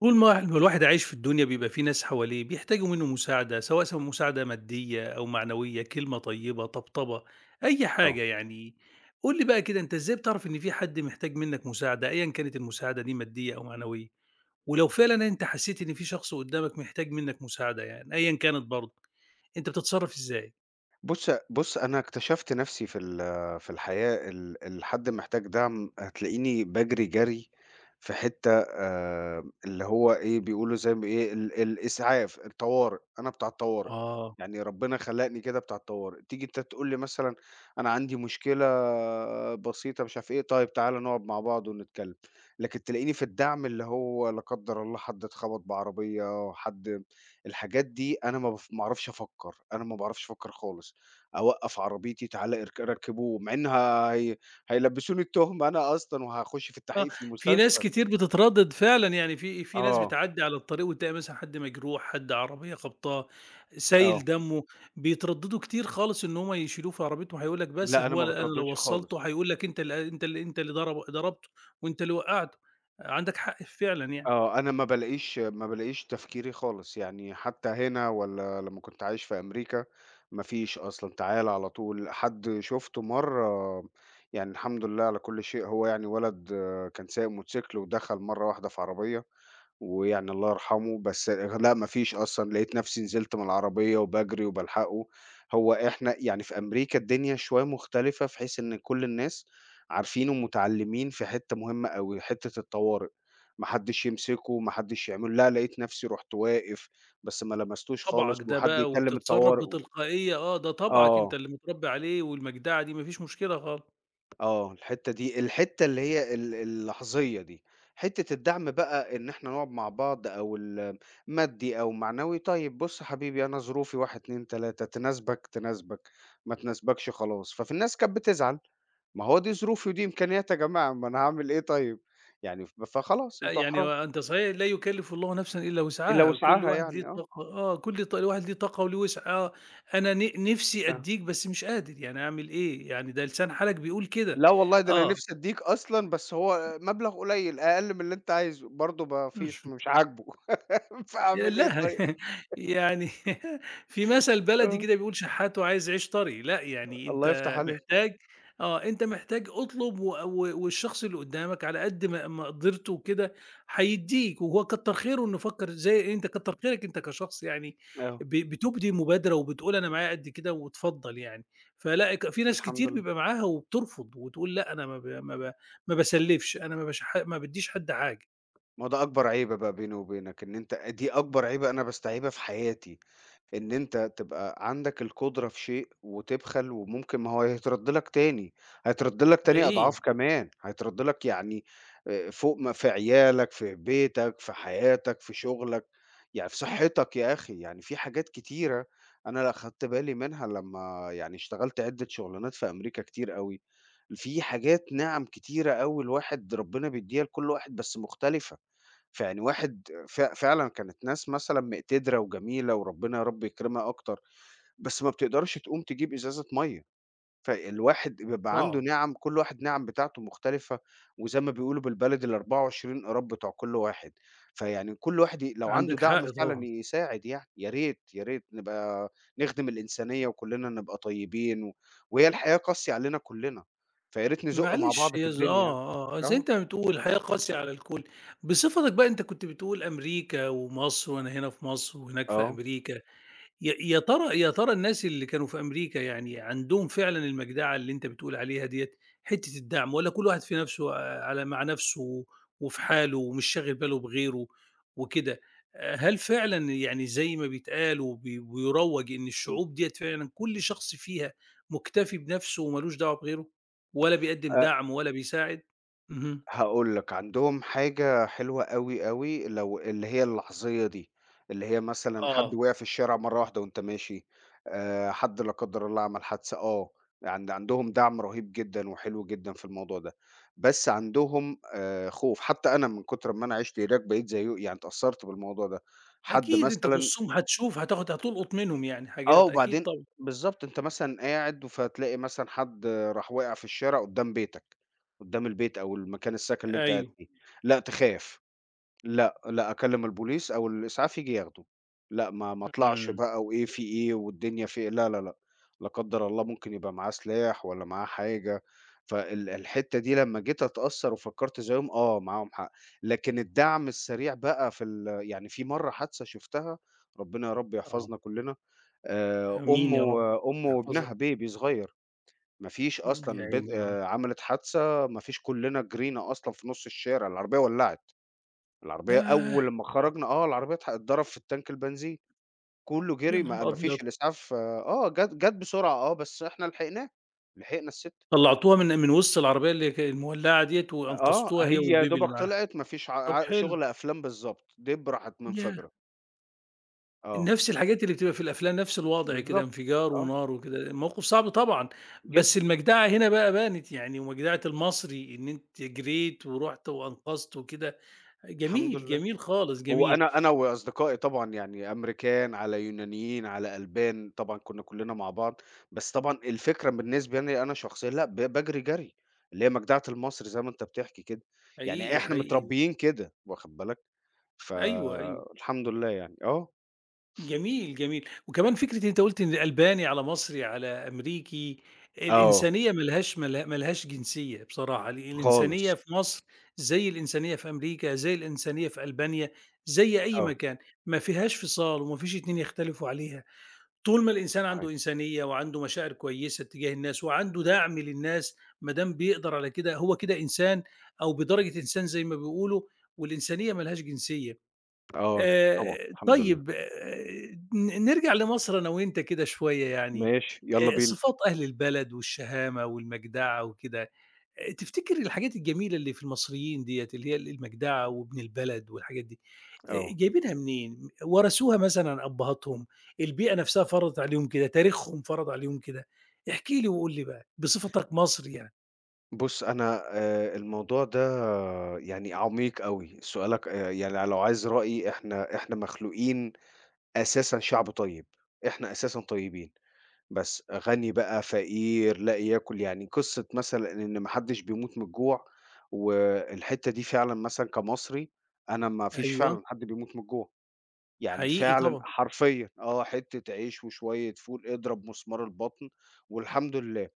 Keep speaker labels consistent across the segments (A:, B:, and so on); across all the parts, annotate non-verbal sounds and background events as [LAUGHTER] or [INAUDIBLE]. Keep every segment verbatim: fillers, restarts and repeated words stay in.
A: طول ما الو الواحد عايش في الدنيا بيبقى في ناس حواليه بيحتاجوا منه مساعدة، سواء س مساعدة مادية أو معنوية، كلمة طيبة، طبطبة، أي
B: آه.
A: حاجة يعني. قُل لي بقى كده أنت إزاي بتعرف إن في حد محتاج منك مساعدة، أيًا كانت المساعدة دي مادية أو معنوية؟ ولو فعلًا أنت حسيت إن في شخص قدامك محتاج منك مساعدة يعني أيًا كانت برضه، أنت بتتصرف إزاي؟
B: بُص بُص أنا اكتشفت نَفْسي في ال في الحياة ال الحد محتاج دعم هتلاقيني باجري جري في حتّة آآ اللي هو إيه، بيقولوا زي ما إيه، ال الإسعاف، الطوارئ، أنا بتاع الطوارئ.
A: آه.
B: يعني ربنا خلقني كده بتاع الطوارئ. تيجي أنت تقول لي مثلًا أنا عندي مشكلة بسيطة مش عارف إيه، طيب تعالَ نقعد مع بعض ونتكلم، لكن تلاقيني في الدعم اللي هو لا قدّر الله حد اتخبط بعربية، حد الحاجات دي أنا ما باف ما اعرفش أفكّر، أنا ما باعرفش أفكّر خالص. أوقّف عربيتي تعالَ ارك ركّبوه، مع إن هي هيلبّسوني التُهمة أنا أصلًا وهاخُش في
A: آه،
B: التحقيق في
A: في ناس
B: المستشفى.
A: كتير بتتردد فعلًا، يعني في في ناس
B: آه،
A: بتعدّي على الطريق وتلاقي مثلًا حد مجروح، حد عربية خبطاه، سايل
B: آه.
A: دمه، بيترددوا كتير خالص إن هم يشيلوه في عربيتهم، هيقول لك بس
B: لأ، أنا
A: هو
B: ما
A: أنا لو
B: باتردّدش
A: وصّلته
B: خالص.
A: هيقول لك أنت اللي أنت اللي أنت اللي ضرب ضربته وأنت اللي وقّعته، عندك حق فعلًا يعني،
B: آه، أنا ما بالاقيش ما بالاقيش تفكيري خالص. يعني حتّى هنا والّا لمّا كنت عايش في أمريكا، ما فيش أصلًا، تعالَ على طول. حد شُفته مرّة يعني الحمد لله على كل شيء، هو يعني ولد آه، كان سايق موتوسيكل ودخل مرّة واحدة في عربية ويعني الله يرحمه، بس لأ ما فيش أصلًا، لقيت نفسي نزلت من العربية وباجري وبالحقه. هو إحنا يعني في أمريكا الدنيا شوية مختلفة في حيث إن كل الناس عارفين ومتعلمين في حتّة مهمة أوي، حتّة الطوارئ، ما حدّش يمسكه، ما حدّش يعمل لأ، لقيت نفسي رُحت واقف، بس ما لمستوش خالص
A: طبعك ده
B: وحد
A: بقى
B: يكلم
A: وبتتصرّف
B: الطوارئ و
A: بتلقائية آه، ده طبعك أنت
B: آه.
A: اللي متربي عليه والمجدعة دي ما فيش مشكلة خالص.
B: آه، الحتّة دي الحتّة اللي هي ال اللحظية دي، حتّة الدعم بقى إن إحنا نقعد مع بعض أو ال مادي أو معنوي. طيب بُص حبيبي أنا ظروفي واحد، اتنين، تلاتة تناسبك، تناسبك، ما تناسبكش خلاص، ففي الناس كانت بتزعل. ما هو دي ظروفي ودي إمكانياتي يا جماعة، ما أنا هاعمل إيه طيب؟ يعني ف فخلاص
A: آآ
B: أنتم
A: يعني
B: أحرار.
A: هو أنت صحيح لا يكلّف الله نفسًا إلا
B: إلّا
A: وسعها، كل
B: وسعها
A: واحد ليه
B: يعني آه،
A: طاقة آه، كل ط واحد ليه طاقة وليه وسع آه، أنا ن نِفْسي
B: آه.
A: أدّيك بس مش قادر، يعني أعمل إيه، يعني ده لسان حالك بيقول كده،
B: لا والله ده أنا
A: آه.
B: نِفْسي أدّيك أصلًا بس هو مبلغ قليّل، أقل من اللي أنت عايزه، برضه ما فيش مش عاجبه [LAUGHS]
A: يا
B: فأعمل إيه
A: لأ
B: طيب؟
A: [LAUGHS] يعني [LAUGHS] في مثل بلدي
B: آه.
A: كده بيقول: "شحات وعايز عيش طري." لأ، يعني
B: الله يفتح
A: أنت
B: عليك.
A: محتاج آه، أنت محتاج اطلب و و والشخص اللي قدّامك على قد ما مقدرته وكده هيدّيك، وهو كتّر خيره إنه فكّر زي أنت كتّر خيرك أنت كشخص يعني
B: آه،
A: ب بتُبدي مبادرة وبتقول أنا معايا قد كده واتفضّل يعني، فلأ ك في ناس
B: الحمد
A: كتير
B: لله.
A: بيبقى معاها وبترفض وتقول لأ، أنا ما ب ما ب ما باسلّفش، أنا ما باشح ما بادّيش حد حاجة،
B: ما هو ده أكبر عيبة بقى بيني وبينك، إن أنت دي أكبر عيبة أنا باستعيبها في حياتي، إن أنت تبقى عندك القدرة في شيء وتبخل وممكن ما هو هيترد لك تاني، هيترد لك تاني
A: حقيقي
B: أضعاف كمان، هيترد لك يعني آآ فوق ما في عيالك، في بيتك، في حياتك، في شغلك، يعني في صحتك يا أخي، يعني في حاجات كتيرة أنا لا خدت بالي منها لمّا يعني اشتغلت عدة شغلانات في أمريكا كتير أوي، في حاجات نِعَم كتيرة أوي الواحد ربنا بيدّيها لكل واحد بس مختلفة. فيعني واحد ف فعلًا كانت ناس مثلًا مقتدرة وجميلة وربنا يا رب يكرمها أكتر، بس ما بتقدرش تقوم تجيب إزازة مَيّة، فالواحد بيبقى عنده
A: صعب،
B: نِعَم كل واحد نِعَم بتاعته مختلفة. وزي ما بيقولوا بالبلدي الأربعة وعشرين قراب بتوع كل واحد. فيعني كل واحد ي لو عنده
A: عندك
B: دعم
A: حق
B: فعلًا
A: طبعًا.
B: يساعد يعني، يا ريت، يا ريت نبقى نخدم الإنسانية وكلنا نبقى طيبين و وهي الحياة قاسية علينا كلنا، فيا ريت نزُق مع
A: معلش
B: بعض في
A: هي ز آه،
B: الدنيا يعني.
A: آه، آه، زي
B: آه،
A: أنت ما بتقول الحياة قاسية على الكل. بصفتك بقى أنت كنت بتقول أمريكا ومصر وأنا هنا في مصر وهناك في
B: آه،
A: أمريكا، يا يا ترى يا ترى الناس اللي كانوا في أمريكا يعني عندهم فعلًا المجدعة اللي أنت بتقول عليها ديّة، حتّة الدعم والّا كل واحد في نَفْسه آه، على مع نَفْسه وفي حاله ومش شاغل باله بغيره وكده، آآ هل فعلًا يعني زي ما بيتقال وب ويُروّج إن
B: إمم.
A: الشعوب ديّة فعلًا كل شخص فيها مُكتفي بنَفْسه ومالوش دعوة بغيره ولا بيقدّم دعم ولا بيساعد؟ اهم.
B: هاقول لك، عندهم حاجة حلوة أوي، أوي لو اللي هي اللحظية دي، اللي هي مثلًا
A: آه.
B: حد وقع في الشارع مرّة واحدة وأنت ماشي، آآ حد لا قدّر الله عمل حادثة آه، عند عندهم دعم رهيب جدًا وحلو جدًا في الموضوع ده. بس عندهم آآ خوف. حتى أنا من كتر ما أنا عِشت هناك بقيت زيّه يعني اتأثّرت بالموضوع ده، حد
A: أكيد أنت في
B: مثلًا
A: وسطهم هتشوف هتاخد هتُلقُط منهم يعني
B: آه،
A: حاجات، أكيد
B: وبعدين
A: طبعًا.
B: بالضبط، أنت مثلًا قاعد فتلاقي مثلًا حد راح واقع في الشارع قدّام بيتك، قدّام البيت أو المكان السكن اللي أنت قاعد
A: أيوه.
B: فيه، لأ تخاف، لأ، لأ أكلم البوليس أو الإسعاف ييجي ياخده، لأ ما ما أطلعش
A: إمم.
B: بقى وإيه في إيه والدنيا في إيه، لا، لا، لأ، لا قدّر الله ممكن يبقى معاه سلاح والّا معاه حاجة. فال الحتّة دي لمّا جيت أتأثّر وفكّرت زيهم، آه معاهم حق. لكن الدعم السريع بقى في ال يعني في مرّة حادثة شُفتها، ربنا يا رب
A: آه.
B: يحفظنا كلّنا آآ أم
A: آمين يا رب،
B: و أم
A: يحفظك،
B: وابنها baby صغير. ما فيش
A: إمم، يا
B: أصلًا بد
A: عيني آه،
B: آآ عملت حادثة، ما فيش كُلّنا جرينا أصلًا في نُص الشارع، العربية ولّعت. العربية أول
A: ياه!
B: لمّا خرجنا آه، العربية اتح اتضرب في التانك البنزين. كُلّه
A: يا
B: جري ما
A: نهار
B: ما
A: أبيض!
B: فيش الإسعاف آه، جات جات بسرعة آه، بس إحنا لحقناها، لحقنا السِت.
A: طلّعتوها من من وسط العربية اللي ك المولّعة ديّة
B: آه،
A: وأنقذتوها هي
B: هي يا
A: والبيبي اللي
B: دوبك
A: معاها،
B: طلعت ما فيش ع
A: طب
B: ع
A: حلو،
B: شُغل أفلام بالضبط، دِب راحت
A: ياه!
B: منفجرة، آه،
A: نفس الحاجات اللي بتبقى في الأفلام، نفس الوضع كده
B: بالضبط،
A: انفجار
B: آه،
A: ونار وكده، موقف صعب طبعًا، بس
B: جدًا،
A: المجدعة هنا بقى بانت يعني، ومجدعة المصري إن أنتِ جريتِ ورُحتِ وأنقذتِ وكده،
B: الحمد
A: جميل،
B: لله.
A: جميل خالص،
B: هو
A: جميل،
B: أنا أنا وأصدقائي طبعًا يعني أمريكان، على يونانيين، على ألبان، طبعًا كُنّا كُلّنا مع بعض. بس طبعًا الفكرة بالنسبة لي أنا شخصيًا لأ، ب باجري جري، اللي هي مجدعة المصري زي ما أنت بتحكي كده. يعني
A: حقيقي،
B: إحنا
A: حقيقي،
B: متربيين كده واخد بالك،
A: أيوه، أيوه.
B: فالحمد لله يعني آه،
A: جميل، جميل. وكمان فكرة أنت قُلت إن ألباني، على مصري، على أمريكي،
B: آه،
A: الإنسانية ما لهاش ما له ما لهاش جنسية بصراحة، ال
B: خالص،
A: الإنسانية في مصر زي الإنسانية في أمريكا، زي الإنسانية في ألبانيا، زي أي
B: آه،
A: مكان، ما فيهاش فصال وما فيش اتنين يختلفوا عليها. طول ما الإنسان عنده
B: صحيح،
A: إنسانية وعنده مشاعر كويسة تجاه الناس وعنده دعم للناس، ما دام بيقدر على كده، هو كده إنسان أو بدرجة إنسان زي ما بيقولوا، والإنسانية ما لهاش جنسية.
B: آه، طبعًا
A: آآ
B: الحمد لله،
A: طيب آآ ن نرجع لمصر أنا وأنت كده شوية يعني،
B: ماشي، يالّا
A: آآ
B: بينا،
A: صفات أهل البلد والشهامة والمجدعة وكده، آآ تفتكر الحاجات الجميلة اللي في المصريين ديّة اللي هي ال المجدعة وابن البلد والحاجات دي، آآ
B: آه.
A: جايبينها منين؟ ورثوها مثلًا عن أبهاتهم، البيئة نفسها فرضت عليهم كده، تاريخهم فرض عليهم كده؟ احكِ لي وقُل لي بقى بصفتك مصري يعني.
B: بُص، أنا آآ الموضوع ده يعني عميق أوي. سؤالك آآ يعني لو عايز رأيي إحنا إحنا مخلوقين أساسًا شعب طيب. إحنا أساسًا طيبين، بس غني بقى، فقير، لا يأكل. يعني قصة مثلًا إن ما حدش بيموت من الجوع، والحتة دي فعلًا مثلًا كمصري أنا ما فيش فعلًا
A: أيوه،
B: حد بيموت من الجوع. يعني
A: حقيقي
B: فعلًا
A: طبعًا،
B: حرفيًا آه، حتة عيش وشوية فول، اضرب مسمار البطن والحمد لله.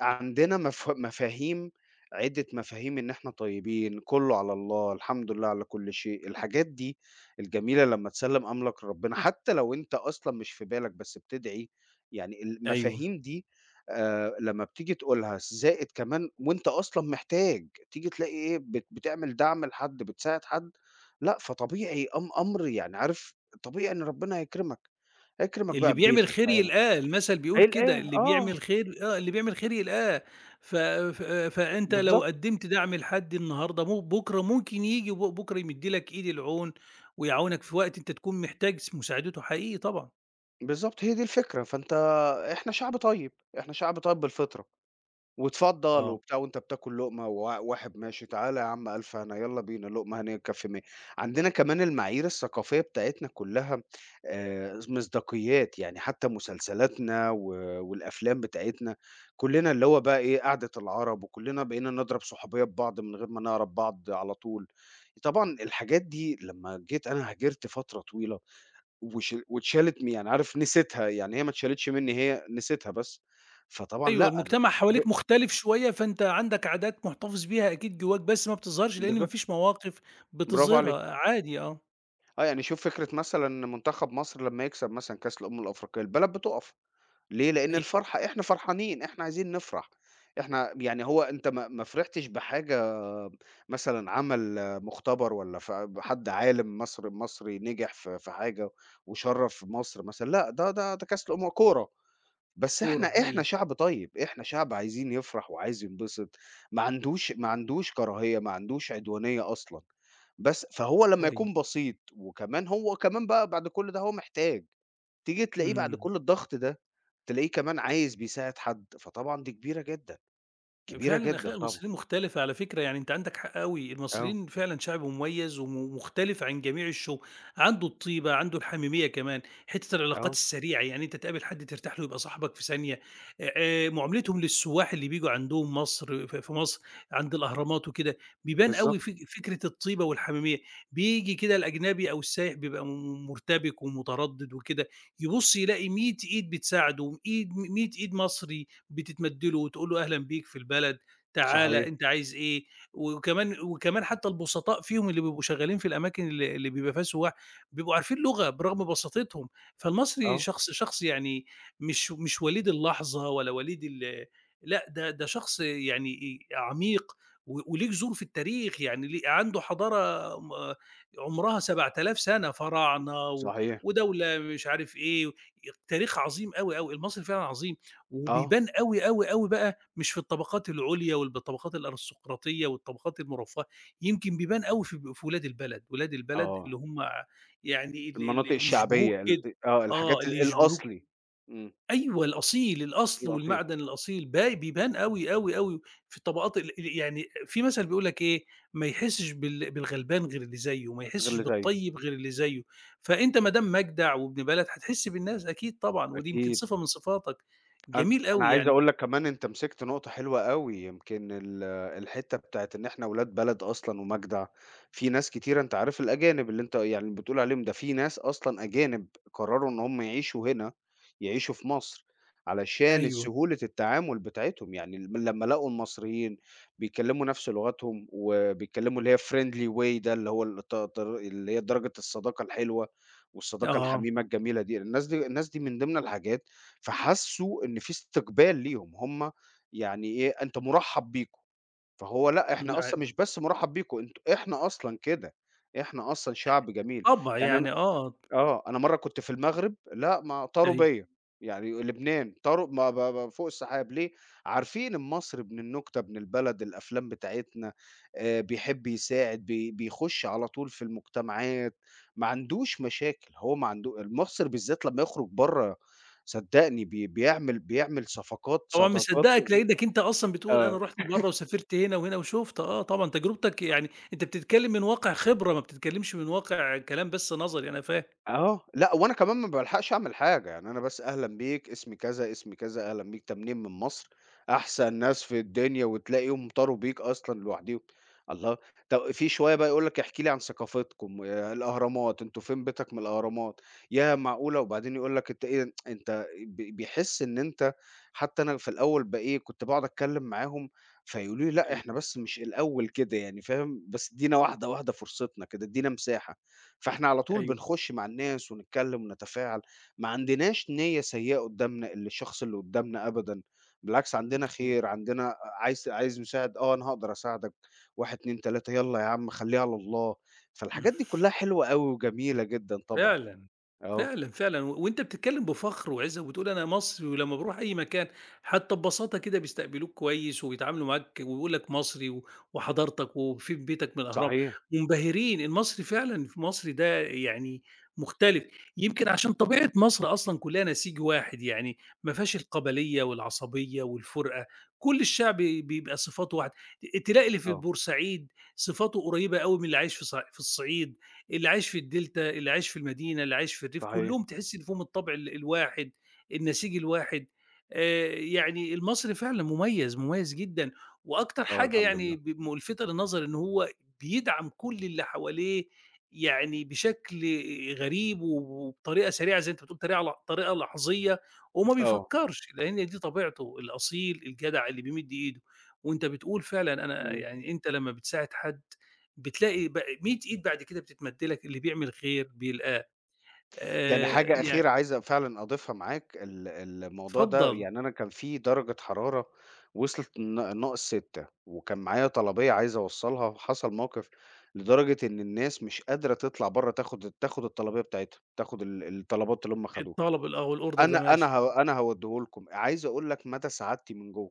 B: عندنا مف مفاهيم عدة مفاهيم إن إحنا طيبين، كُلّه على الله، الحمد لله على كل شيء، الحاجات دي الجميلة لمّا تسلّم أمرك لربنا، حتى لو أنت أصلًا مش في بالك بس بتدعي. يعني
A: أيوه.
B: المفاهيم دي آآ لمّا بتيجي تقولها زائد كمان وأنت أصلًا محتاج، تيجي تلاقي إيه بت بتعمل دعم لحد، بتساعد حد، لأ فطبيعي أم أمر يعني عارف طبيعي إن ربنا هيكرمك، هيكرمك
A: اللي
B: بقى
A: بيعمل
B: ببيتك
A: خير
B: في عيلة
A: يلقاه، المثل بيقول كده،
B: هيلاقيها
A: اللي
B: آه،
A: بيعمل خير آه، اللي بيعمل خير يلقاه، ف ف فأنت لو
B: بالضبط.
A: قدّمت دعم لحد النهارده مو بُكرة ممكن ييجي وب بُكرة يمِد لك إيد العون ويعاونك في وقت أنت تكون محتاج س مساعدته حقيقي طبعًا.
B: بالضبط، هي دي الفكرة، فأنت إحنا شعب طيب، إحنا شعب طيب بالفطرة. واتفضّل
A: آه.
B: وبتاع وأنت بتاكل لقمة ووا واحد ماشي، تعالَ يا عم ألف هنا، يالّا بينا، لقمة هنيّة تكفّي ميّة. عندنا كمان المعايير الثقافية بتاعتنا كلّها آآ، مصداقيات. يعني حتى مسلسلاتنا و والأفلام بتاعتنا، كلّنا اللي هو بقى إيه، قعدة العرب وكلّنا بقينا نضرب صحوبية ببعض من غير ما نعرف بعض على طول. طبعًا الحاجات دي لمّا جيت أنا هاجرت فترة طويلة وش واتشالت م يعني عارف نسيتها. يعني هي ما اتشالتش منّي، هي نسيتها بس. فطبعًا
A: أيوه،
B: لأ، أنا
A: المجتمع حواليك
B: فوجئت
A: مختلف شوية، فأنت عندك عادات محتفظ بيها أكيد جواك بس ما بتظهرش، لإن ما
B: بالضبط،
A: فيش مواقف
B: برافو عليك.
A: بتظهرها، عادي آه،
B: آه، يعني شوف فكرة مثلًا منتخب مصر لمّا يكسب مثلًا كأس الأمم الأفريقية، البلد بتُقف. ليه؟ لإن الفرحة إحنا فرحانين، إحنا عايزين نفرح. إحنا يعني هو أنت ما ما فرحتش بحاجة مثلًا عمل مُختبر والّا ف حد عالم مصر مصري نجح في في حاجة وشرّف مصر مثلًا، لأ، ده ده ده كأس الأمم كورة. بس إحنا
A: هي
B: إحنا
A: حقيقي.
B: شعب طيب، إحنا شعب عايزين يفرح وعايز ينبسط. ما عندوش ما عندوش كراهية، ما عندوش عدوانية أصلًا. بس فهو لمّا يكون بسيط وكمان هو كمان بقى بعد كل ده هو محتاج، تيجي تلاقيه بعد
A: إمم.
B: كل الضغط ده، تلاقيه كمان عايز بيساعد حد، فطبعًا دي كبيرة جدًا، كبيرة
A: فعلًا
B: جدًا
A: أخلاق
B: طبعًا.
A: المصريين مختلفة على فكرة، يعني أنت عندك حق أوي،
B: آه،
A: المصريين فعلًا شعب مميز وم مختلف عن جميع الشعوب، عنده الطيبة، عنده الحميمية كمان، حتة العلاقات
B: آه،
A: السريعة، يعني أنت تقابل حد ترتاح له يبقى صاحبك في ثانية، آآ، آآ، معاملتهم للسواح اللي بييجوا عندهم مصر ف في مصر عند الأهرامات وكده، بيبان
B: بالضبط،
A: أوي فك فكرة الطيبة والحميمية، بييجي كده الأجنبي أو السايح بيبقى م مرتبك ومتردد وكده، يبُص يلاقي ميت إيد بتساعده، إيد ميت إيد مصري، بتتمدّله وتقول له أهلًا بيك في البلد، تعالَ
B: صحيح،
A: أنت عايز إيه، وكمان وكمان حتى البسطاء فيهم اللي بيبقوا شغّالين في الأماكن اللي اللي بيبقى فيها سُياح، بيبقوا عارفين لغة برغم بساطتهم، فالمصري
B: آه،
A: شخص شخص يعني مش مش وليد اللحظة ولا وليد ال لأ، ده ده شخص يعني إيه، عميق و وليه جذور في التاريخ، يعني ليه عنده حضارة م عمرها سبع تلاف سَنة، فراعنة و
B: صحيح،
A: ودولة مش عارف إيه، تاريخ عظيم أوي، أوي، المصري فعلًا عظيم.
B: آه،
A: وبيبان أوي، أوي، أوي بقى مش في الطبقات العُليا والب الطبقات الأرستقراطية والطبقات المرفّهة، يمكن بيبان أوي في ب في ولاد البلد، ولاد البلد
B: آه،
A: اللي هم يعني ال ال
B: المناطق
A: اللي يشبهوك
B: الشعبية
A: كده،
B: ال آه،
A: آه،
B: الحاجات
A: اللي
B: ال-
A: يشبهوك
B: الأصلي، إمم،
A: أيوه الأصيل، الأصل
B: الأصيل
A: والمعدن الأصيل با بيبان أوي، أوي، أوي في الطبقات ال ال يعني في مثل بيقول لك إيه، ما يحسّش بال بالغلبان غير اللي زيّه، ما
B: غير
A: يحسّش
B: اللي زيه،
A: بالطيب غير اللي زيّه، فأنت ما دام مجدع وابن بلد هتحس بالناس أكيد طبعًا، ودي يمكن
B: أكيد.
A: صفة من صفاتك،
B: أن
A: جميل
B: أنا
A: أوي
B: عايز
A: يعني.
B: أقول لك كمان أنت مسكت نقطة حلوة أوي. يمكن ال الحتّة بتاعة إن إحنا ولاد بلد أصلًا ومجدع. في ناس كتيرة أنت عارف الأجانب اللي أنت يعني بتقول عليهم، ده في ناس أصلًا أجانب قرروا إن هم يعيشوا هنا، يعيشوا في مصر، علشان
A: أيوه،
B: سهولة التعامل بتاعتهم. يعني ال لمّا لقوا المصريين بيتكلموا نفس لغتهم، وبيتكلموا اللي هي friendly way ده اللي هو الت تر اللي هي درجة الصداقة الحلوة والصداقة
A: آه، [UNINTELLIGIBLE]
B: الحميمة الجميلة دي، الناس دي الناس دي من ضمن الحاجات فحسّوا إن في استقبال ليهم. هم يعني إيه، أنت مُرحّب بيكم. فهو لأ،
A: من
B: إحنا
A: ع
B: أصلًا مش بس مُرحّب بيكم، أنتم إحنا أصلًا كده، إحنا أصلًا شعب جميل.
A: طبع
B: يعني أنا
A: يعني آه،
B: آه، أنا مرّة كنت في المغرب، لأ ما طاروا
A: أيوه،
B: بيّا. يعني لبنان طاروا ما ب ب فوق السحاب ليه؟ عارفين المصري ابن النكتة، ابن البلد، الأفلام بتاعتنا آآ، بيحب يساعد، بي بيخش على طول في المجتمعات. ما عندوش مشاكل. هو ما عنده المصري بالذات لمّا يخرج برّه صدّقني بي بيعمل بيعمل صفقات،
A: طبعًا
B: صداقات
A: مصدّقك لإنّك أنت أصلًا بتقول أنا
B: آه.
A: رُحت برّه وسافرت هنا وهنا وشُفت، آه طبعًا تجربتك يعني أنت بتتكلّم من واقع خبرة، ما بتتكلّمش من واقع كلام بس نظري، أنا فاهم،
B: آه، لأ وأنا كمان ما بالحقش أعمل حاجة. يعني أنا بس أهلًا بيك، اسمي كذا، اسمي كذا، أهلًا بيك، تمنيّن من مصر، أحسن ناس في الدنيا وتلاقيهم طاروا بيك أصلًا لوحديهم. الله! طَب في شوية بقى يقول لك احكِ لي عن ثقافتكم، آآ الأهرامات، أنتم فين بيتك من الأهرامات، ياه معقولة! وبعدين يقول لك أنت إيه أنت ب بيحس إن أنت حتى أنا في الأول ب إيه كنت باقعد أتكلم معاهم فيقولوا لي لأ
A: أيوه،
B: إحنا بس مش الأول كده يعني فاهم، بس ادينا واحدة واحدة فرصتنا كده، ادينا مساحة. فإحنا على طول
A: أيوه،
B: بنخش مع الناس ونتكلم ونتفاعل. ما عندناش نيّة سيئة قدّامنا ال الشخص اللي قدّامنا أبدًا، بالعكس عندنا
A: صحيح.
B: خير، عندنا عايز عايز مساعد، آه أنا هاقدر أساعدك، واحد، اتنين، تلاتة يالّا يا عم خلّيها على الله، فالحاجات دي كلّها حلوة أوي وجميلة جدًا طبعًا.
A: فعلًا،
B: آه،
A: فعلًا، فعلًا، و وأنت بتتكلم بفخر وعِزّة وبتقول أنا مصري، ولمّا باروح أي مكان حتى ببساطة كده بيستقبلوك كويس وبيتعاملوا معاك ويقول لك مصري و وحضارتك وفي بيتك من الأهرام،
B: صحيح،
A: منبهرين المصري فعلًا في مصر ده يعني مختلف، يمكن عشان طبيعة مصر أصلًا كلّها نسيج واحد، يعني ما فيهاش القبلية والعصبية والفُرقة، كل الشعب بيبقى صفاته واحدة، ت تلاقي اللي في
B: آه،
A: بورسعيد صفاته قريبة أوي من اللي عايش في ص في الصعيد، اللي عايش في الدلتا، اللي عايش في المدينة، اللي عايش في الريف،
B: صحيح،
A: كلّهم تحسّي إن فيهم الطبع ال الواحد، النسيج الواحد، آآ يعني المصري فعلًا مميز، مميز جدًا، وأكتر
B: آه
A: حاجة
B: الحمد لله،
A: يعني ب ملفتة للنظر إن هو بيدعم كل اللي حواليه يعني بشكل غريب وبطريقة سريعة زي أنت بتقول طريقة ل طريقة لحظية وما
B: آه،
A: بيفكّرش، لإن دي طبيعته، الأصيل، الجدع اللي بيمِد إيده، وأنت بتقول فعلًا أنا
B: إمم.
A: يعني أنت لمّا بتساعد حد بتلاقي ب مية إيد بعد كده بتتمد لك، اللي بيعمل خير بيلقاه،
B: يعني
A: آآ،
B: حاجة
A: يع
B: أخيرة عايز فعلًا أضيفها معاك، ال الموضوع ده
A: اتفضل،
B: يعني أنا كان في درجة حرارة وصلت ن ناقص ستة وكان معايا طلبية عايز أوصّلها، وحصل موقف لدرجة إن الناس مش قادرة تطلع برّه تاخد تاخد الطلبية بتاعتها، تاخد ال الطلبات اللي هم خدوها.
A: الطلب الأ والorder
B: أنا
A: ده ماشي.
B: أنا ه أنا هاودّيه لكم، عايز أقول لك مدى سعادتي من جوّه.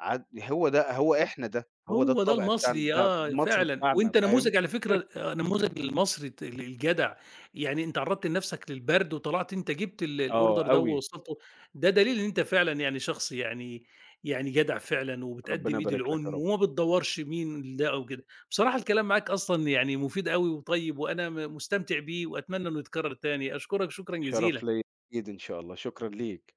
B: عاد هو ده هو إحنا ده، هو ده
A: هو ده
B: الطبع بتاعنا،
A: المصري
B: ده
A: آه،
B: مصر
A: فعلًا،
B: بتاعنا
A: وأنت
B: فاهم؟
A: نموذج على فكرة آآ، نموذج للمصري الت ال الجدع، يعني أنت عرّضت لنفسك للبرد وطلعت أنت جبت ال الorder
B: آه
A: ده
B: أوي،
A: ووصّلته، ده دليل إن أنت فعلًا يعني شخص يعني يعني جدع فعلًا
B: ربنا
A: وبتقدّم إيد
B: يبارك لك يا
A: العون
B: رب،
A: وما بتدوّرش مين ده أو كده. بصراحة الكلام معاك أصلًا يعني مفيد أوي وطيب وأنا م مستمتع بيه وأتمنى إنه يتكرر تاني، أشكرك شكرًا
B: شرف ليّا
A: جزيلًا.
B: أكيد إن شاء الله، شكرًا ليك.